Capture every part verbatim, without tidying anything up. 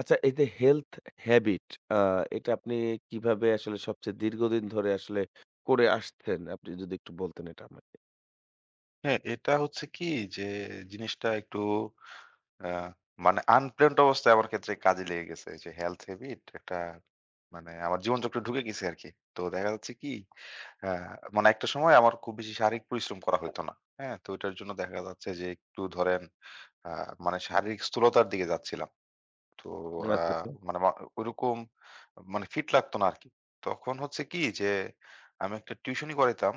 আচ্ছা, এই যে হেলথ হ্যাবিট, আ এটা আপনি কিভাবে আসলে সবচেয়ে দীর্ঘদিন ধরে আসলে করে আসছেন? আপনি যদি একটু বলতেন এটা আমাকে। হ্যাঁ, এটা হচ্ছে কি যে জিনিসটা একটু আ মানে আনপ্ল্যান্ড অবস্থায় আমার ক্ষেত্রে কাজে লেগে গেছে। যে হেলথ হ্যাবিট একটা মানে আমার জীবনচক্রে ঢুকে গেছে আরকি। তো দেখা যাচ্ছে কি আ মানে একটা সময় আমার খুব বেশি শারীরিক পরিশ্রম করা হইতো না। হ্যাঁ? তো ওইটার জন্য দেখা যাচ্ছে যে একটু ধরেন আ মানে শারীরিক স্থূলতার দিকে যাচ্ছিলাম। তো আ আচ্ছা, আচ্ছা। মানে মা ওইরকম মানে ফিট লাগতো না আরকি। তখন হচ্ছে কি যে, আমি একটা টিউশনি করাইতাম।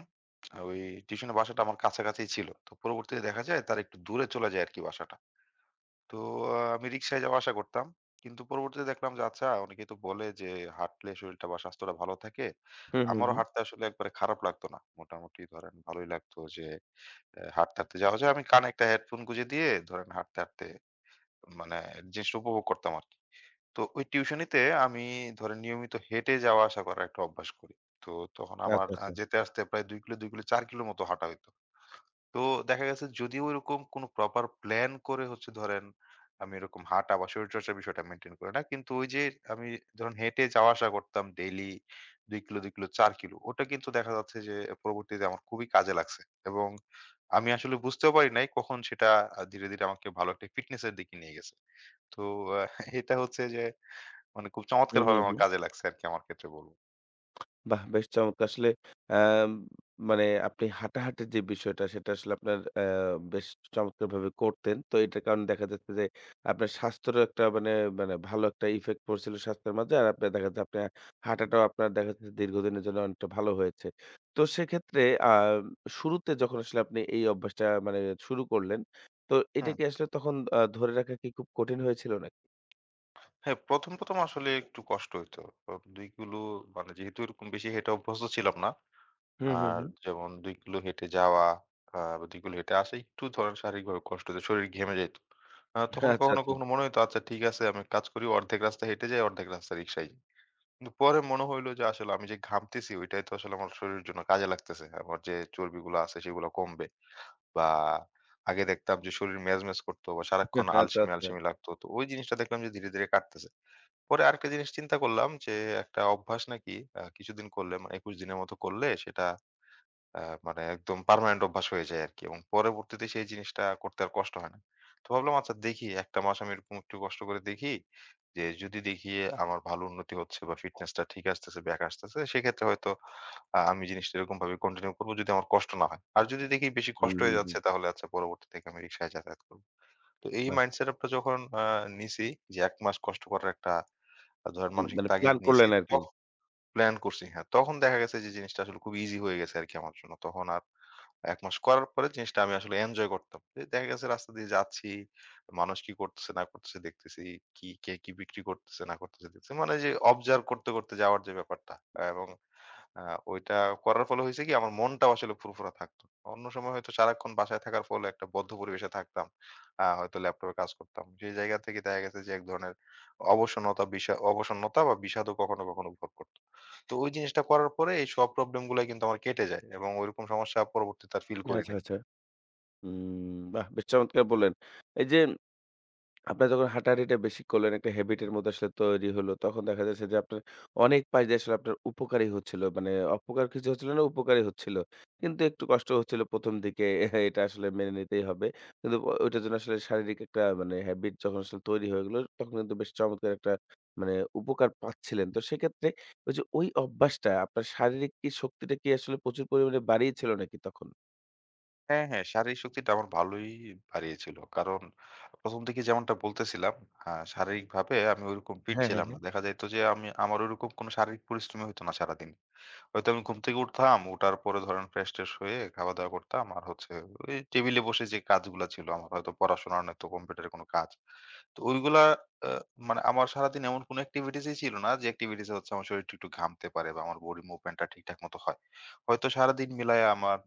ওই টিউশনের বাসাটা আমার কাছাকাছি ছিল। তো পরবর্তীতে দেখা যায় তার একটু দূরে চলে যায় আরকি বাসাটা। তো আ আমি রিক্সায় যাওয়া আসা করতাম। কিন্তু পরবর্তীতে দেখলাম যে আচ্ছা অনেকেই তো বলে যে হাঁটলে শরীরটা বা স্বাস্থ্যটা ভালো থাকে। হুম, হুম, আমারও হুম। হাঁটতে আসলে একবারে খারাপ লাগতো না। মোটামুটি ধরেন ভালোই লাগতো যে অ্যা হাঁটতে, হাঁটতে যাওয়া যায়। আমি কানে একটা হেডফোন গুঁজে দিয়ে ধরেন হাঁটতে, হাঁটতে মানে জিনিসটা উপভোগ করতাম আরকি। তো ওই টিউশনিতে আমি ধরেন নিয়মিত হেঁটে যাওয়া আসা করার একটা অভ্যাস করি। তো তখন আমার আচ্ছা, আ আচ্ছা। যেতে আসতে প্রায় দুই কিলো, দুই কিলো চার কিলোর মতো হাঁটা হইতো। তো দেখা গেছে যদি ওইরকম কোনো প্রপার প্ল্যান করে হচ্ছে ধরেন আমি এরকম হাঁটা বা শরীরচর্চার বিষয়টা মেইনটেইন করি না। কিন্তু ওই যে আমি ধরুন হেঁটে যাওয়া আসা করতাম ডেইলি দুই কিলো, দুই কিলো চার কিলো। ওটা কিন্তু দেখা যাচ্ছে যে পরবর্তীতে আমার খুবই কাজে লাগছে। এবং আমি আসলে বুঝতেও পারি নাই কখন সেটা আ ধীরে, ধীরে আমাকে ভালো একটা ফিটনেস এর দিকে নিয়ে গেছে। তো আ এটা হচ্ছে যে মানে খুব হুম, চমৎকারভাবে হুম, আমার হুম। কাজে লাগছে আরকি আমার ক্ষেত্রে বলব। বাহ! বেশ চমৎকার। আসলে অ্যাম মানে আপনি হাঁটাহাঁটির যে বিষয়টা সেটা আসলে আপনার অ্যা বেশ চমৎকারভাবে করতেন। তো এটার কারণে দেখা যাচ্ছে যে আপনার স্বাস্থ্যেরও একটা মানে মানে ভালো একটা ইফেক্ট পড়ছিল স্বাস্থ্যের মাঝে। আর আপনার দেখা যাচ্ছে আপনার হাঁটাটাও আপনার দেখা যাচ্ছে দীর্ঘদিনের জন্য অনেকটা ভালো হয়েছে। তো সেক্ষেত্রে আ শুরুতে যখন আসলে আপনি এই অভ্যাসটা মানে শুরু করলেন, তো এটা হুম। কি আসলে তখন আ ধরে রাখা কি খুব কঠিন হয়েছিল নাকি? হ্যাঁ, ১ম, ১ম, আসলে একটু কষ্ট হইতো। তো দুই কিলো মানে যেহেতু এরকম বেশি হেঁটে অভ্যস্ত ছিলাম না। হুম, হুম, আর হুম। যেমন দুই কিলো হেঁটে যাওয়া আ দুই কিলো হেঁটে আসা একটু ধরেন শারীরিকভাবে কষ্ট হতো। শরীর ঘেমে যাইত। আ তখন আচ্ছা, কখনো, আচ্ছা। কখনো মনে হইতো আচ্ছা ঠিক আছে আমি এক কাজ করি অর্ধেক রাস্তা হেঁটে যাই, অর্ধেক রাস্তা রিক্সায় যাই। কিন্তু পরে মনে হইলো যে আসলে আমি যে ঘামতেছি ওইটাই তো আসলে আমার শরীরের জন্য কাজে লাগতেছে। আমার যে চর্বিগুলো আছে সেগুলো কমবে। বা আগে দেখতাম যে শরীর মেজমেজ করতো বা সারাক্ষণ আচ্ছা, আলসেমি, আচ্ছা। আলসেমি লাগতো। তো ওই জিনিসটা দেখলাম যে ধীরে, ধীরে কাটতেছে। পরে আরেকটা জিনিস চিন্তা করলাম যে একটা অভ্যাস নাকি আ কিছুদিন করলে মানে একুশ দিনের মতো করলে সেটা আ মানে একদম পার্মানেন্ট অভ্যাস হয়ে যায় আরকি। এবং পরবর্তীতে সেই জিনিসটা করতে আর কষ্ট হয় না। তো ভাবলাম আচ্ছা দেখি এক টা মাস আমি এরকম একটু কষ্ট করে দেখি। যে যদি দেখি আমার ভালো উন্নতি হচ্ছে বা ফিটনেসটা ঠিক আসতেছে, ব্যাক আসতেছে সেক্ষেত্রে হয়তো আ আমি জিনিসটা এরকমভাবে কন্টিনিউ করব যদি আমার কষ্ট না হয়। আর যদি দেখি বেশি হুম, কষ্ট হয়ে হুম, যাচ্ছে হুম। তাহলে আচ্ছা পরবর্তী থেকে আমি রিক্সায় যাতায়াত করব। তো এই বাহ! মাইন্ডসেট আপ টা যখন আ নিছি যে এক মাস কষ্ট করার একটা আ ধরেন উম মানসিক মানে তাগিদ প্ল্যান নিয়েছি করলেন আরকি। তখন প্ল্যান করছি, হ্যাঁ। তখন দেখা গেছে যে জিনিসটা আসলে খুব ইজি হয়ে গেছে আরকি আমার জন্য। তখন আর এক মাস করার পরে জিনিসটা আমি আসলে এনজয় করতাম। যে দেখা গেছে রাস্তা দিয়ে যাচ্ছি, মানুষ কি করতেছে না করতেছে দেখতেছি, কি কে কি বিক্রি করতেছে না করতেছে দেখতেছি। মানে যে অবজার্ভ করতে, করতে যাওয়ার যে ব্যাপারটা এবং আ ওইটা করার ফলে হইছে কি আমার মনটাও আসলে ফুরফুরা থাকতো। অন্য সময় হয়তো সারাক্ষণ বাসায় থাকার ফলে একটা বদ্ধ পরিবেশে থাকতাম। আ হয়তো ল্যাপটপে কাজ করতাম। সেই জায়গা থেকে দেখা গেছে যে এক ধরনের অবসন্নতা বিষা অবসন্নতা বা বিষাদও কখনো, কখনো ভর করত। তো ওই জিনিসটা করার পরে এই সব প্রবলেম গুলাই কিন্তু আমার কেটে যায় এবং ওইরকম সমস্যা পরবর্তীতে আর ফিল করি আচ্ছা, নাই। আচ্ছা। হুম, বাহ! বেশ চমৎকার বললেন। এই যে আপনার যখন হাঁটাহাঁটিটা বেশি করলেন, একটা হ্যাবিট এর মধ্যে আসলে তৈরি হলো। তখন দেখা যাচ্ছে যে আপনার অনেক পাশ দিয়ে আসলে আপনার উপকারই হচ্ছিল। মানে অপকার কিছু হচ্ছিল না, উপকারই হচ্ছিল। কিন্তু একটু কষ্ট হচ্ছিল প্রথম দিকে। এটা আসলে মেনে নিতেই হবে। কিন্তু ও ওইটার জন্য আসলে শারীরিক একটা মানে হ্যাবিট যখন আসলে তৈরি হয়ে গেল, তখন কিন্তু বেশ চমৎকার একটা মানে উপকার পাচ্ছিলেন। তো সেক্ষেত্রে ওই যে ওই অভ্যাসটা আপনার শারীরিক কি শক্তিটা কি আসলে প্রচুর পরিমাণে বাড়িয়েছিল নাকি তখন? হ্যাঁ, হ্যাঁ, শারীরিক শক্তিটা আমার ভালোই বাড়িয়েছিল। কারণ ১ম থেকে যেমনটা বলতেছিলাম আ শারীরিকভাবে আমি ওইরকম ফিট হ্যাঁ, হ্যাঁ, ছিলাম না। হ্যাঁ। দেখা যাইত যে আমি আমার ওইরকম কোনো শারীরিক পরিশ্রমই হইতো না সারাদিন। হয়তো আমি ঘুম থেকে উঠতাম, উঠার পরে ধরেন ফ্রেশ-ট্রেশ হয়ে খাওয়া-দাওয়া করতাম। আর হচ্ছে ওই টেবিলে বসে যে কাজগুলা ছিল আমার হয়তো পড়াশোনার নয়তো কম্পিউটারের কোনো কাজ। তো ওইগুলা আ মানে আমার সারাদিন এমন কোনো activities ই ছিল না যে activities এ হচ্ছে আমার শরীরটা একটু ঘামতে পারে বা আমার body movement টা ঠিকঠাক মতো হয়। হয়তো সারাদিন মিলায়া আমার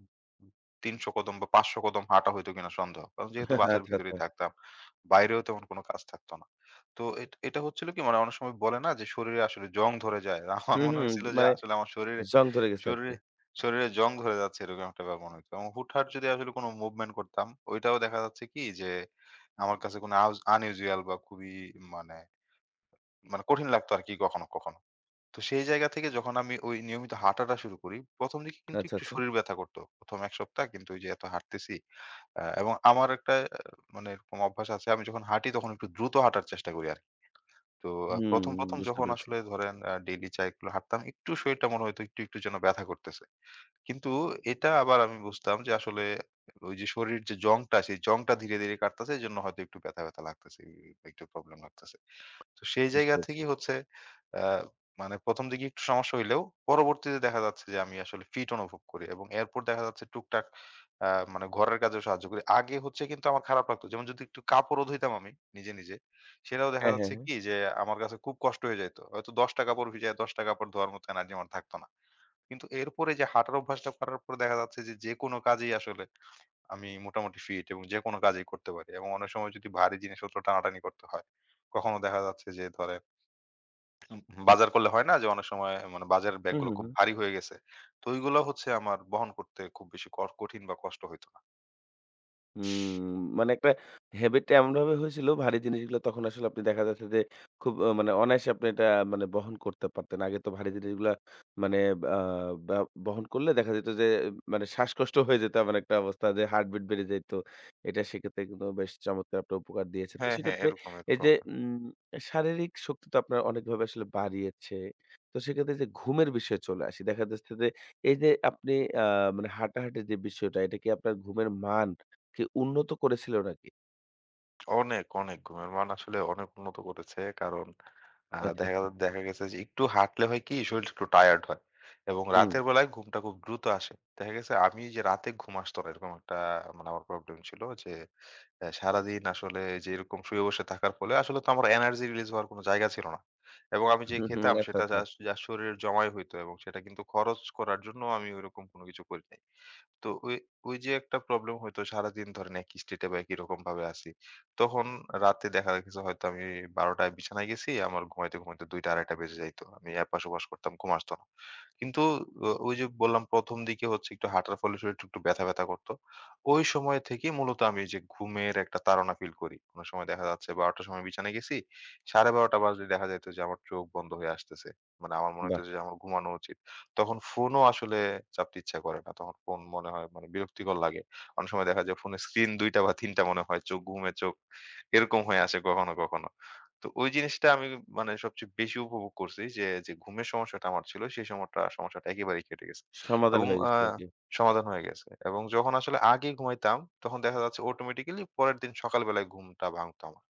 তিনশো কদম বা পাঁচশো কদম হাঁটা হইতো কিনা সন্দেহ। কারণ যেহেতু আচ্ছা, বাসার ভিতরেই আচ্ছা। থাকতাম, বাইরেও তেমন কোনো কাজ থাকতো না। তো এট এটা হচ্ছিল কি মানে অনেক সময় বলে না যে শরীরে আসলে জং ধরে যায়। আমার হুম, মনে হুম। হয়েছিল যে মানে আসলে আমার শরীরে জং ধরে গেছে শরীরে, আরকি। শরীরে জং ধরে যাচ্ছে এরকম একটা ব্যাপার মনে হতো। এবং হুটহাট যদি আসলে কোনো মুভমেন্ট করতাম, ওইটাও দেখা যাচ্ছে কি যে আমার কাছে কোনো আউজ unusual বা খুবই মানে, মানে কঠিন লাগতো আরকি কখনো, কখনো। তো সেই জায়গা থেকে যখন আমি ওই নিয়মিত হাঁটাটা শুরু করি, ১ম দিকে কিন্তু আচ্ছা, একটু আচ্ছা। শরীর ব্যথা করতো। ১ম এক সপ্তাহ কিন্তু ওই যে এত হাঁটতেছি আ এবং আমার একটা আ মানে এরকম অভ্যাস আছে আমি যখন হাঁটি তখন একটু দ্রুত হাঁটার চেষ্টা করি আরকি। তো আ হুম, ১ম, ১ম বুঝতে যখন পেরেছি, আসলে ধরেন আ ডেইলি চাই হাঁটতাম, একটু শরীরটা মনে হইতো একটু, একটু যেন ব্যথা করতেছে। কিন্তু এটা আবার আমি বুঝতাম যে আসলে ওই যে শরীরের যে জংটা, সেই জংটা ধীরে, ধীরে কাটতাছে। এজন্য হয়তো একটু ব্যথা, ব্যথা লাগতেছে, একটু প্রবলেম লাগতেছে। তো সেই বুঝতে জায়গা পেরেছি। থেকেই হচ্ছে আ মানে ১ম দিকে একটু সমস্যা হইলেও পরবর্তীতে দেখা যাচ্ছে যে আমি আসলে ফিট অনুভব করি এবং এরপর দেখা যাচ্ছে টুকটাক আ মানে ঘরের কাজেও সাহায্য করি। আগে হচ্ছে কিন্তু আমার খারাপ লাগতো। যেমন যদি একটু কাপড়ও ধুইতাম আমি নিজে, নিজে সেটাও দেখা হ্যাঁ, হ্যাঁ, যাচ্ছে হ্যাঁ। কি যে আমার কাছে খুব কষ্ট হয়ে যাইত। হয়তো দশ টা কাপড় ভিজায় দশ টা কাপড় ধোয়ার মতো এনার্জি আমার থাকতো না। কিন্তু এরপরে যে হাঁটার অভ্যাসটা করার পর দেখা যাচ্ছে যে, যেকোনো কাজেই আসলে আমি মোটামুটি ফিট এবং যেকোনো কাজেই করতে পারি। এবং অনেক সময় যদি ভারী জিনিসপত্র টানাটানি করতে হয়, কখনো দেখা যাচ্ছে যে ধরেন বাজার করলে হয় না যে অনেক সময় মানে বাজারের হুম, ব্যাগগুলো হুম, খুব হুম। ভারী হয়ে গেছে। তো ওইগুলো হচ্ছে আমার বহন করতে খুব বেশি ক কঠিন বা কষ্ট হইতো না। হুম, মানে একটা হ্যাবিটটা এমনভাবে হয়েছিল ভারী জিনিসগুলো তখন আসলে আপনি দেখা যাচ্ছে যে খুব আ মানে অনায়াসে আপনি এটা মানে বহন করতে পারতেন। আগে তো ভারী জিনিসগুলা মানে আ বা বহন করলে দেখা যেত যে মানে শ্বাসকষ্ট হয়ে যেত এমন একটা অবস্থা যে হার্টবিট বেড়ে যাইত। এটা সেক্ষেত্রে কিন্তু বেশ চমৎকার আপনার উপকার দিয়েছে। তো হ্যাঁ, হ্যাঁ, সেক্ষেত্রে এরকম, এই এরকম। যে উম শারীরিক শক্তি তো আপনার অনেকভাবে আসলে বাড়িয়েছে। তো সেক্ষেত্রে যে ঘুমের বিষয়ে চলে আসি। দেখা যাচ্ছে যে এই যে আপনি আ মানে হাঁটাহাঁটির যে বিষয়টা এটা কি আপনার ঘুমের মান কি উন্নত করেছিল নাকি? অনেক, অনেক ঘুমের মান আসলে অনেক উন্নত করেছে। কারণ আ আচ্ছা, দেখা আচ্ছা। দেখা গেছে যে একটু হাঁটলে হয় কি শরীরটা একটু টায়ার্ড হয় এবং হুম, রাতের বেলায় ঘুমটা খুব দ্রুত আসে। দেখা গেছে আমি যে রাতে ঘুম আসতো না এরকম একটা মানে আমার প্রবলেম ছিল যে অ্যা সারাদিন আসলে যে এরকম শুয়ে বসে থাকার ফলে আসলে তো আমার এনার্জি রিলিজ হওয়ার কোনো জায়গা ছিল না। এবং আমি যে হুম, হুম। খেতাম আচ্ছা, সেটা আচ্ছা। জাস্ট জাস্ট শরীরে জমাই হইতো এবং সেটা কিন্তু খরচ করার জন্য আমি ওইরকম কোনো কিছু করি নাই। তো ওই, ওই যে একটা প্রবলেম হইতো সারাদিন ধরেন একই স্টেটে বা একই রকম ভাবে আছি। তখন রাতে দেখা গেছে হয়তো আমি ১২ঃ শূন্য শূন্য টায় বিছানায় গেছি। আমার ঘুমাইতে, ঘুমাইতে ২ঃ শূন্য শূন্য আড়াই বেজে যাইত। আমি এপাশ-ওপাশ করতাম, ঘুম আসতো না। কিন্তু ও ওই যে বললাম ১ম দিকে হচ্ছে একটু হাঁটার ফলে শরীরটা একটু একটু ব্যথা, ব্যথা করত। ওই সময় থেকেই মূলত আমি যে ঘুমের একটা তাড়না ফিল করি। কোন সময় দেখা যাচ্ছে ১২ঃ শূন্য শূন্য টার সময় বিছানায় গেছি। সাড়ে বারো বাজলে দেখা যাইত যে আমার চোখ বন্ধ হয়ে আসতেছে। মানে আমার মনে বাহ! হইতেছে যে আমার ঘুমানো উচিত। তখন ফোনও আসলে চাপতে ইচ্ছা করে না। তখন ফোন মনে হয় মানে বিরক্তিকর লাগে। অনেক সময় দেখা যায় ফোনের স্ক্রিন দুই টা বা তিন টা মনে হয় চোখ ঘুমে চোখ এরকম হয়ে আসে কখনো, কখনো। তো ওই জিনিসটা আমি মানে সবচেয়ে বেশি উপভোগ করছি যে, যে ঘুমের সমস্যাটা আমার ছিল সেই সমটা সমস্যাটা একেবারেই কেটে গেছে। সমাধান এবং হয়ে আ গেছিল আরকি। সমাধান হয়ে গেছে। এবং যখন আসলে আগে ঘুমাইতাম তখন দেখা যাচ্ছে অটোমেটিক্যালি পরের দিন সকাল বেলায় ঘুমটা ভাঙতো আমার।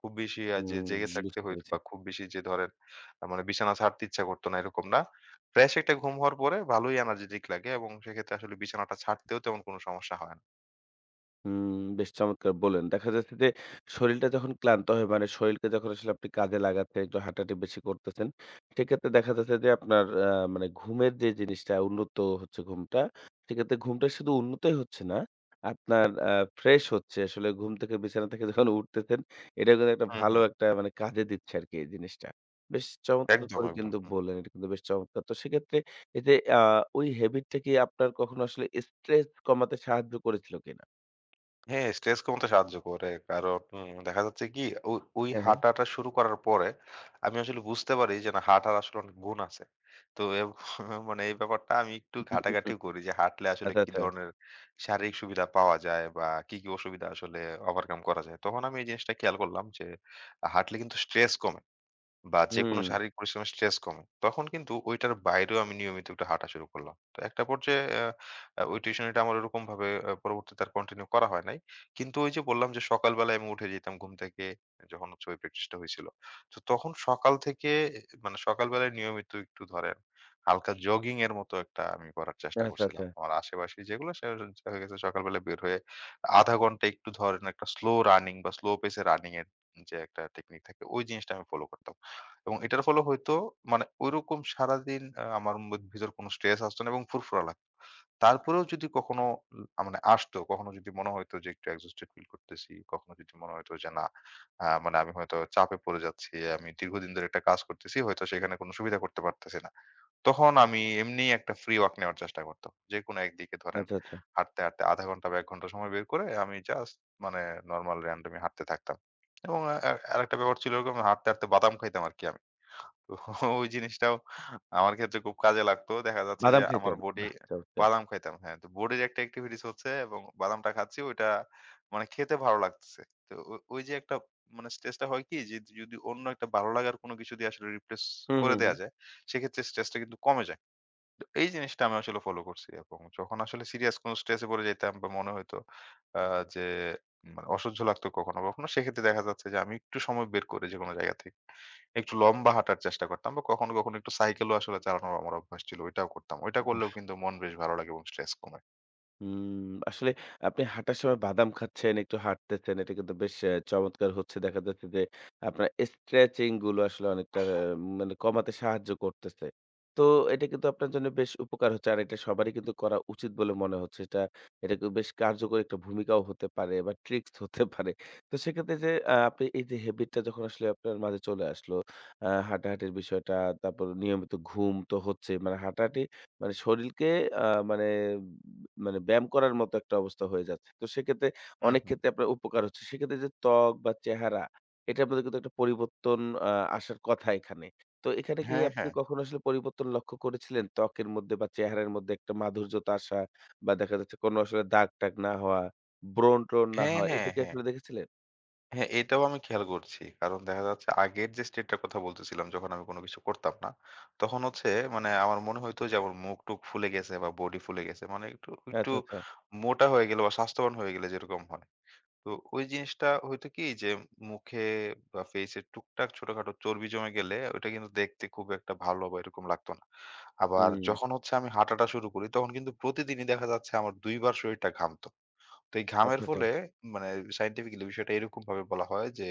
খুব বেশি আ যে হুম, জেগে থাকতে বুঝতে হইতো পেরেছি। বা খুব বেশি যে ধরেন আ মানে বিছানা ছাড়তে ইচ্ছা করত না এরকম না। ফ্রেশ একটা ঘুম হওয়ার পরে ভালোই এনার্জেটিক লাগে এবং সেক্ষেত্রে আসলে বিছানাটা ছাড়তেও তেমন কোনো সমস্যা হয় না। হুম, বেশ চমৎকার বললেন। দেখা যাচ্ছে যে শরীরটা যখন ক্লান্ত হয় মানে শরীরকে যখন আসলে আপনি কাজে লাগাচ্ছেন, একটু হাঁটাহাঁটি বেশি করতেছেন, সেক্ষেত্রে দেখা যাচ্ছে যে আপনার আ মানে ঘুমের যে জিনিসটা উন্নত হচ্ছে ঘুমটা, সেক্ষেত্রে ঘুমটা শুধু উন্নতই হচ্ছে না, আপনার আ ফ্রেশ হচ্ছে। আসলে ঘুম থেকে বিছানা থেকে যখন উঠতেছেন, এটা কিন্তু একটা হুম, ভালো হুম। একটা মানে কাজে দিচ্ছে আরকি এই জিনিসটা। বেশ চমৎকার একদম, করে একদম। কিন্তু হুম। বললেন। এটা কিন্তু বেশ চমৎকার। তো সেক্ষেত্রে এই যে আ ওই হ্যাবিটটা কি আপনার কখনো আসলে স্ট্রেস কমাতে সাহায্য করেছিল কিনা? হ্যাঁ, স্ট্রেস কমাতে সাহায্য করে। কারণ উম দেখা যাচ্ছে কি ও ওই হাঁটাটা শুরু করার পরে আমি আসলে বুঝতে পারি যে না হাঁটার আসলে অনেক গুণ আছে। তো এব মানে এই ব্যাপারটা আমি একটু হুম, হুম, হুম। ঘাটাঘাটিও করি যে হাঁটলে আসলে আচ্ছা, কি আচ্ছা। ধরনের শারীরিক সুবিধা পাওয়া যায় বা কি, কি অসুবিধা আসলে ওভারকাম করা যায়। তখন আমি এই জিনিসটা খেয়াল করলাম যে হাঁটলে কিন্তু স্ট্রেস কমে। বা যেকোনো হুম। শারীরিক পরিশ্রমের স্ট্রেস কমে। তখন কিন্তু ঐটার বাইরেও আমি নিয়মিত একটু হাঁটা শুরু করলাম। তো একটা পর্যায়ে অ্যা আ ওই টিউশনিটা আমার ওরকমভাবে আ পরবর্তীতে আর কন্টিনিউ করা হয় নাই। কিন্তু ওই যে বললাম যে সকালবেলায় আমি উঠে যেতাম ঘুম থেকে যখন হচ্ছে ওই প্র্যাকটিসটা হইছিল। তো তখন সকাল থেকে মানে সকালবেলায় নিয়মিত একটু ধরেন হালকা জগিং এর মতো একটা আমি করার চেষ্টা আচ্ছা, করছিলাম। আচ্ছা। আমার আশেপাশে যেগুলো সে দেখা গেছে সকালবেলা বের হয়ে আধা ঘন্টা একটু ধরেন একটা স্লো রানিং বা স্লো পেস এ রানিং এর যে একটা টেকনিক থাকে ওই জিনিসটা আমি ফলো করতাম। এবং এটার ফলে হয়তো মানে ঐরকম সারাদিন আ আমার ম ভিতর কোনো স্ট্রেস আসতো না এবং ফুরফুরা লাগতো। তারপরেও যদি কখনো আ মানে আসতো, কখনো যদি মনে হইতো যে একটু exhausted ফিল করতেছি, কখনো যদি মনে হইতো যে না আ মানে আমি হয়তো চাপে পড়ে যাচ্ছি, আমি দীর্ঘদিন ধরে একটা কাজ করতেছি, হয়তো সেখানে কোনো সুবিধা করতে পারতেছি না। তখন আমি এমনি একটা free walk নেওয়ার চেষ্টা করতাম। যেকোনো একদিকে ধরেন আচ্ছা, আচ্ছা। হাঁটতে, হাঁটতে শূন্য দশমিক পাঁচ ঘন্টা বা এক ঘন্টা সময় বের করে আমি জাস্ট মানে নরমাল randomly হাঁটতে থাকতাম। এবং আ আ আরেকটা ব্যাপার ছিল এরকম হাঁটতে, হাঁটতে বাদাম খাইতাম আরকি আমি। তো ওই জিনিসটাও আমার ক্ষেত্রে খুব কাজে লাগতো। দেখা যাচ্ছে যে বাদাম আমার খাইতেন। বডি বাহ! চমৎকার। বাদাম খাইতাম, হ্যাঁ। তো বডির একটা এক্টিভিটিস হচ্ছে এবং বাদামটা খাচ্ছি ওইটা মানে খেতে ভালো লাগতেছে। তো ও ওই যে একটা মানে স্ট্রেসটা হয় কি যে যদি অন্য একটা ভালো লাগার কোনো কিছু দিয়ে আসলে রিপ্লেস হুম, করে হুম, দেয়া হুম। যায়, সেক্ষেত্রে স্ট্রেসটা কিন্তু কমে যায়। তো এই জিনিসটা আমি আসলে ফলো করছি এবং যখন আসলে সিরিয়াস কোনো স্ট্রেসে পড়ে যেতাম বা মনে হইতো আহ, যে মানে অসহ্য লাগতো কখনো কখনো, সেক্ষেত্রে দেখা যাচ্ছে যে আমি একটু সময় বের করে যে কোনো জায়গা থেকে একটু লম্বা হাঁটার চেষ্টা করতাম, বা কখনো কখনো একটু সাইকেলও আসলে চালানোর আমার অভ্যাস ছিল ওইটাও করতাম, ওইটা করলেও কিন্তু মন বেশ ভালো লাগে এবং স্ট্রেস কমে। হুম, আসলে আপনি হাঁটার সময় বাদাম খাচ্ছেন, একটু হাঁটতেছেন। এটা কিন্তু বেশ অ্যা চমৎকার হচ্ছে। দেখা যাচ্ছে যে আপনার স্ট্রেচিং গুলো আসলে অনেকটা অ্যা মানে কমাতে সাহায্য করতেছে। তো এটা কিন্তু আপনার জন্য বেশ উপকার হচ্ছে। আর এটা সবারই কিন্তু করা উচিত বলে মনে হচ্ছে। এটা এটা কিন্তু বেশ কার্যকরী একটা ভূমিকাও হতে পারে বা ট্রিক্স হতে পারে। তো সেক্ষেত্রে যে আ আপনি এই যে হ্যাবিটটা যখন আসলে আপনার মাঝে চলে আসলো, আ হাঁটাহাঁটির বিষয়টা, তারপর নিয়মিত ঘুম তো হচ্ছে। মানে হাঁটাহাঁটি মানে শরীরকে আ মানে মানে ব্যায়াম করার মতো একটা অবস্থা হয়ে যাচ্ছে। তো সেক্ষেত্রে হুম, অনেক হুম। ক্ষেত্রে আপনার উপকার হচ্ছে। সেক্ষেত্রে যে ত্বক বা চেহারা এটা আপনাদের কিন্তু একটা পরিবর্তন আ আসার কথা এখানে। তো এখানে কি হ্যাঁ, আপনি হ্যাঁ, কখনো আসলে পরিবর্তন লক্ষ্য করেছিলেন? ত্বকের মধ্যে বা চেহারার মধ্যে একটা মাধুর্যতা আসা বা দেখা যাচ্ছে কোনো আসলে দাগ-টাগ না হওয়া, ব্রণ-ট্রণ না হ্যাঁ, হওয়া এটা হ্যাঁ, কি হ্যাঁ। আসলে দেখেছিলেন? হ্যাঁ, এটাও আমি খেয়াল করছি। কারণ দেখা যাচ্ছে আগের যে স্টেটটার কথা বলতেছিলাম যখন আমি কোন কিছু করতাম না, তখন হচ্ছে মানে আমার মনে হইতো যে আমার মুখ-টুখ ফুলে গেছে বা বডি ফুলে গেছে। মানে একটু, একটু আচ্ছা, আচ্ছা। মোটা হয়ে গেলে বা স্বাস্থ্যবান হয়ে গেলে যেরকম হয়। তো ওই জিনিসটা হয়তো কি যে মুখে বা ফেইসে টুকটাক ছোটখাটো চর্বি জমে গেলে ওইটা কিন্তু দেখতে খুব একটা ভালো বা এরকম লাগতো না। আবার হুম। যখন হচ্ছে আমি হাঁটাটা শুরু করি তখন কিন্তু প্রতিদিনই দেখা যাচ্ছে আমার দুই বার শরীরটা ঘামতো। তো এই ঘামের আচ্ছা, আচ্ছা। ফলে মানে সায়েন্টিফিক্যালি বিষয়টা এরকম ভাবে বলা হয় যে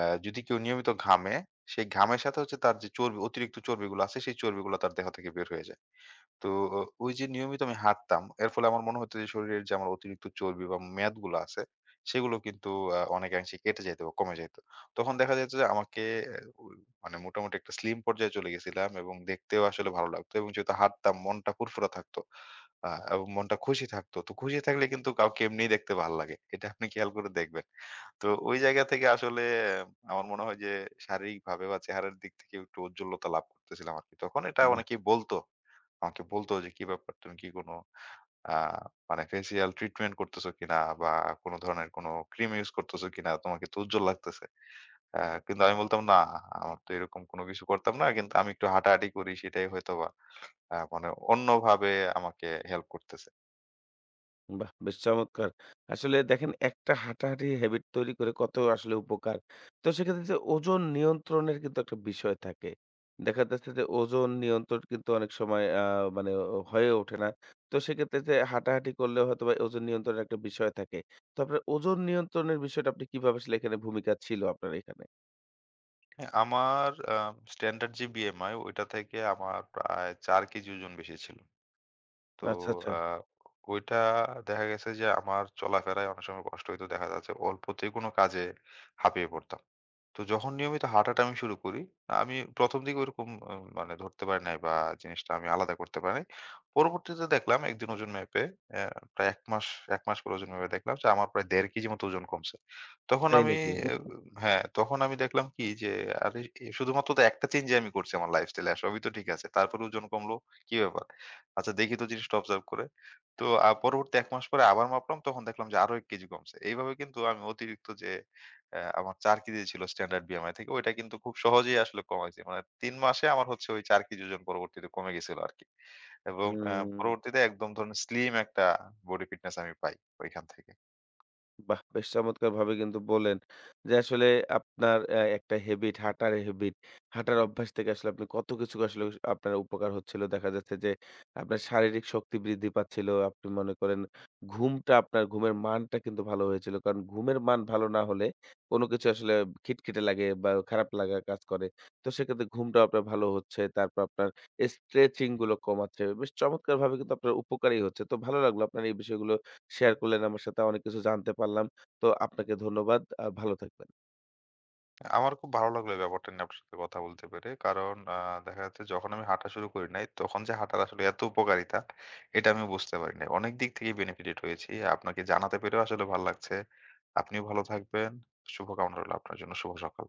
আহ, যদি কেউ নিয়মিত ঘামে সেই ঘামের সাথে হচ্ছে তার যে চর্বি, অতিরিক্ত চর্বিগুলো আছে সেই চর্বিগুলো তার দেহ থেকে বের হয়ে যায়। তো ওই যে নিয়মিত আমি হাঁটতাম, এর ফলে আমার মনে হতো যে শরীরের যে আমার অতিরিক্ত চর্বি বা মেদগুলা আছে, সেগুলো কিন্তু আ অনেকাংশে কেটে যাইত বা কমে যাইত। তখন দেখা যাইত যে আমাকে ও মানে মোটামুটি একটা স্লিম পর্যায়ে চলে গেছিলাম এবং দেখতেও আসলে ভালো লাগতো, এবং যেহেতু হাঁটতাম মনটা ফুরফুরা থাকতো। আ এবং মনটা খুশি থাকতো। তো খুশি থাকলে কিন্তু কাউকে এমনিই দেখতে ভাল লাগে। এটা আপনি খেয়াল করে দেখবেন। তো ওই জায়গা থেকে আসলে আহ, আমার মনে হয় যে শারীরিকভাবে বা চেহারার দিক থেকে একটু ঔজ্জ্বল্যতা লাভ করতেছিলাম আরকি। তখন এটা অনেকেই বলত। আমাকে বলত যে, "কি ব্যাপার? তুমি কি কোনো আ মানে ফেসিয়াল ট্রিটমেন্ট করতেছো কিনা? বা কোনো ধরনের কোনো ক্রিম ইউজ করতেছো কিনা? তোমাকে তো উজ্জ্বল লাগতেছে।" আ কিন্তু আমি বলতাম, "না, আমার তো এরকম কোনো কিছু করতাম না। কিন্তু আমি একটু হাঁটাহাঁটি করি সেটাই হয়তোবা আ মানে অন্যভাবে আমাকে হেল্প করতেছে।" বাহ! বেশ চমৎকার। আসলে দেখেন একটা হাঁটাহাঁটি habit তৈরি করে কত আসলে উপকার। তো সেক্ষেত্রে যে ওজন নিয়ন্ত্রণের কিন্তু একটা বিষয় থাকে। দেখা যাচ্ছে যে ওজন নিয়ন্ত্রণ কিন্তু অনেক সময় আ মানে হয়ে ওঠে না। তো সেক্ষেত্রে যে হাঁটাহাঁটি করলে হয়তোবা ওজন নিয়ন্ত্রণের একটা বিষয় থাকে। তো আপনার ওজন নিয়ন্ত্রণের বিষয়টা আপনি কিভাবে আসলে এখানে ভূমিকা ছিল আপনার এখানে? হ্যাঁ, আমার আ স্ট্যান্ডার্ড যে বি এম আই ওইটা থেকে আমার প্রায় চার কেজি ওজন বেশি ছিল। তো আচ্ছা, আচ্ছা। আ ওইটা দেখা গেছে যে আমার চলাফেরায় অনেক সময় কষ্ট হইতো। দেখা যাচ্ছে অল্পতেই কোনো কাজে হাঁপিয়ে পড়তাম। তো যখন নিয়মিত হাঁটাটা আমি শুরু করি, আমি ১ম দিকে ওরকম আ মানে ধরতে পারি নাই বা জিনিসটা আমি আলাদা করতে পারি নাই। পরবর্তীতে দেখলাম একদিন ওজন মেপে, অ্যা প্রায় এক মাস এক মাস পরে ওজন মেপে দেখলাম যে আমার প্রায় এক দশমিক পাঁচ কেজি মতো ওজন কমছে। তখন তাই আমি নাকি? অ্যা হ্যাঁ, তখন আমি দেখলাম কি যে আরে এ শুধুমাত্র তো একটা চেঞ্জই আমি করছি, আমার লাইফস্টাইলে সবই তো ঠিক আছে। তারপরে ওজন কমলো, কি ব্যাপার? আচ্ছা দেখি তো জিনিসটা অবজার্ভ করে। তো আ পরবর্তী এক মাস পরে আবার মাপলাম তখন দেখলাম যে আরো এক কেজি কমছে। এইভাবে কিন্তু আমি অতিরিক্ত যে অ্যা আমার চার কেজি ছিল স্ট্যান্ডার্ড বিএমআই থেকে। ওইটা কিন্তু খুব সহজেই আসলে কমাইছি। মানে তিন মাসে আমার হচ্ছে ওই চার কেজি ওজন পরবর্তীতে কমে গেছিল আরকি। এবং অ্যা হুম। পরবর্তীতে একদম ধরুন স্লিম একটা বডি ফিটনেস আমি পাই ওইখান থেকে। বাহ! বেশ চমৎকারভাবে কিন্তু বললেন যে, আসলে আপনার অ্যা একটা হ্যাবিট, হাঁটার হ্যাবিট, হাঁটার অভ্যাস থেকে আসলে আপনি কত কিছু আসলে আপনার উপকার হচ্ছিল। দেখা যাচ্ছে যে, আপনার শারীরিক শক্তি বৃদ্ধি পাচ্ছিল। আপনি মনে করেন ঘুমটা আপনার ঘুমের মানটা কিন্তু ভালো হয়েছিল। কারণ ঘুমের মান ভালো না হলে কোনো কিছু আসলে খিটখিটে লাগে বা খারাপ লাগা কাজ করে। তো সেক্ষেত্রে ঘুমটাও আপনার ভালো হচ্ছে। তারপর আপনার স্ট্রেচিং গুলো কমাচ্ছে। বেশ চমৎকারভাবে কিন্তু আপনার উপকারী হচ্ছে। তো ভালো লাগলো আপনার এই বিষয়গুলো শেয়ার করলেন আমার সাথে। অনেক কিছু জানতে পারলাম। তো আপনাকে ধন্যবাদ। আ ভালো থাকবেন। আমার খুব ভালো লাগলো এই ব্যাপারটা নিয়ে আপনার সাথে কথা বলতে পেরে। কারণ আ দেখা যাচ্ছে যখন আমি হাঁটা শুরু করি নাই, তখন যে হাঁটার আসলে এত উপকারিতা এটা আমি বুঝতে পারি নাই। অনেক দিক থেকেই বেনিফিটেড হয়েছি। আপনাকে জানাতে পেরেও আসলে ভাল লাগছে। আপনিও ভালো থাকবেন। শুভকামনা রইলো আপনার জন্য। শুভ সকাল।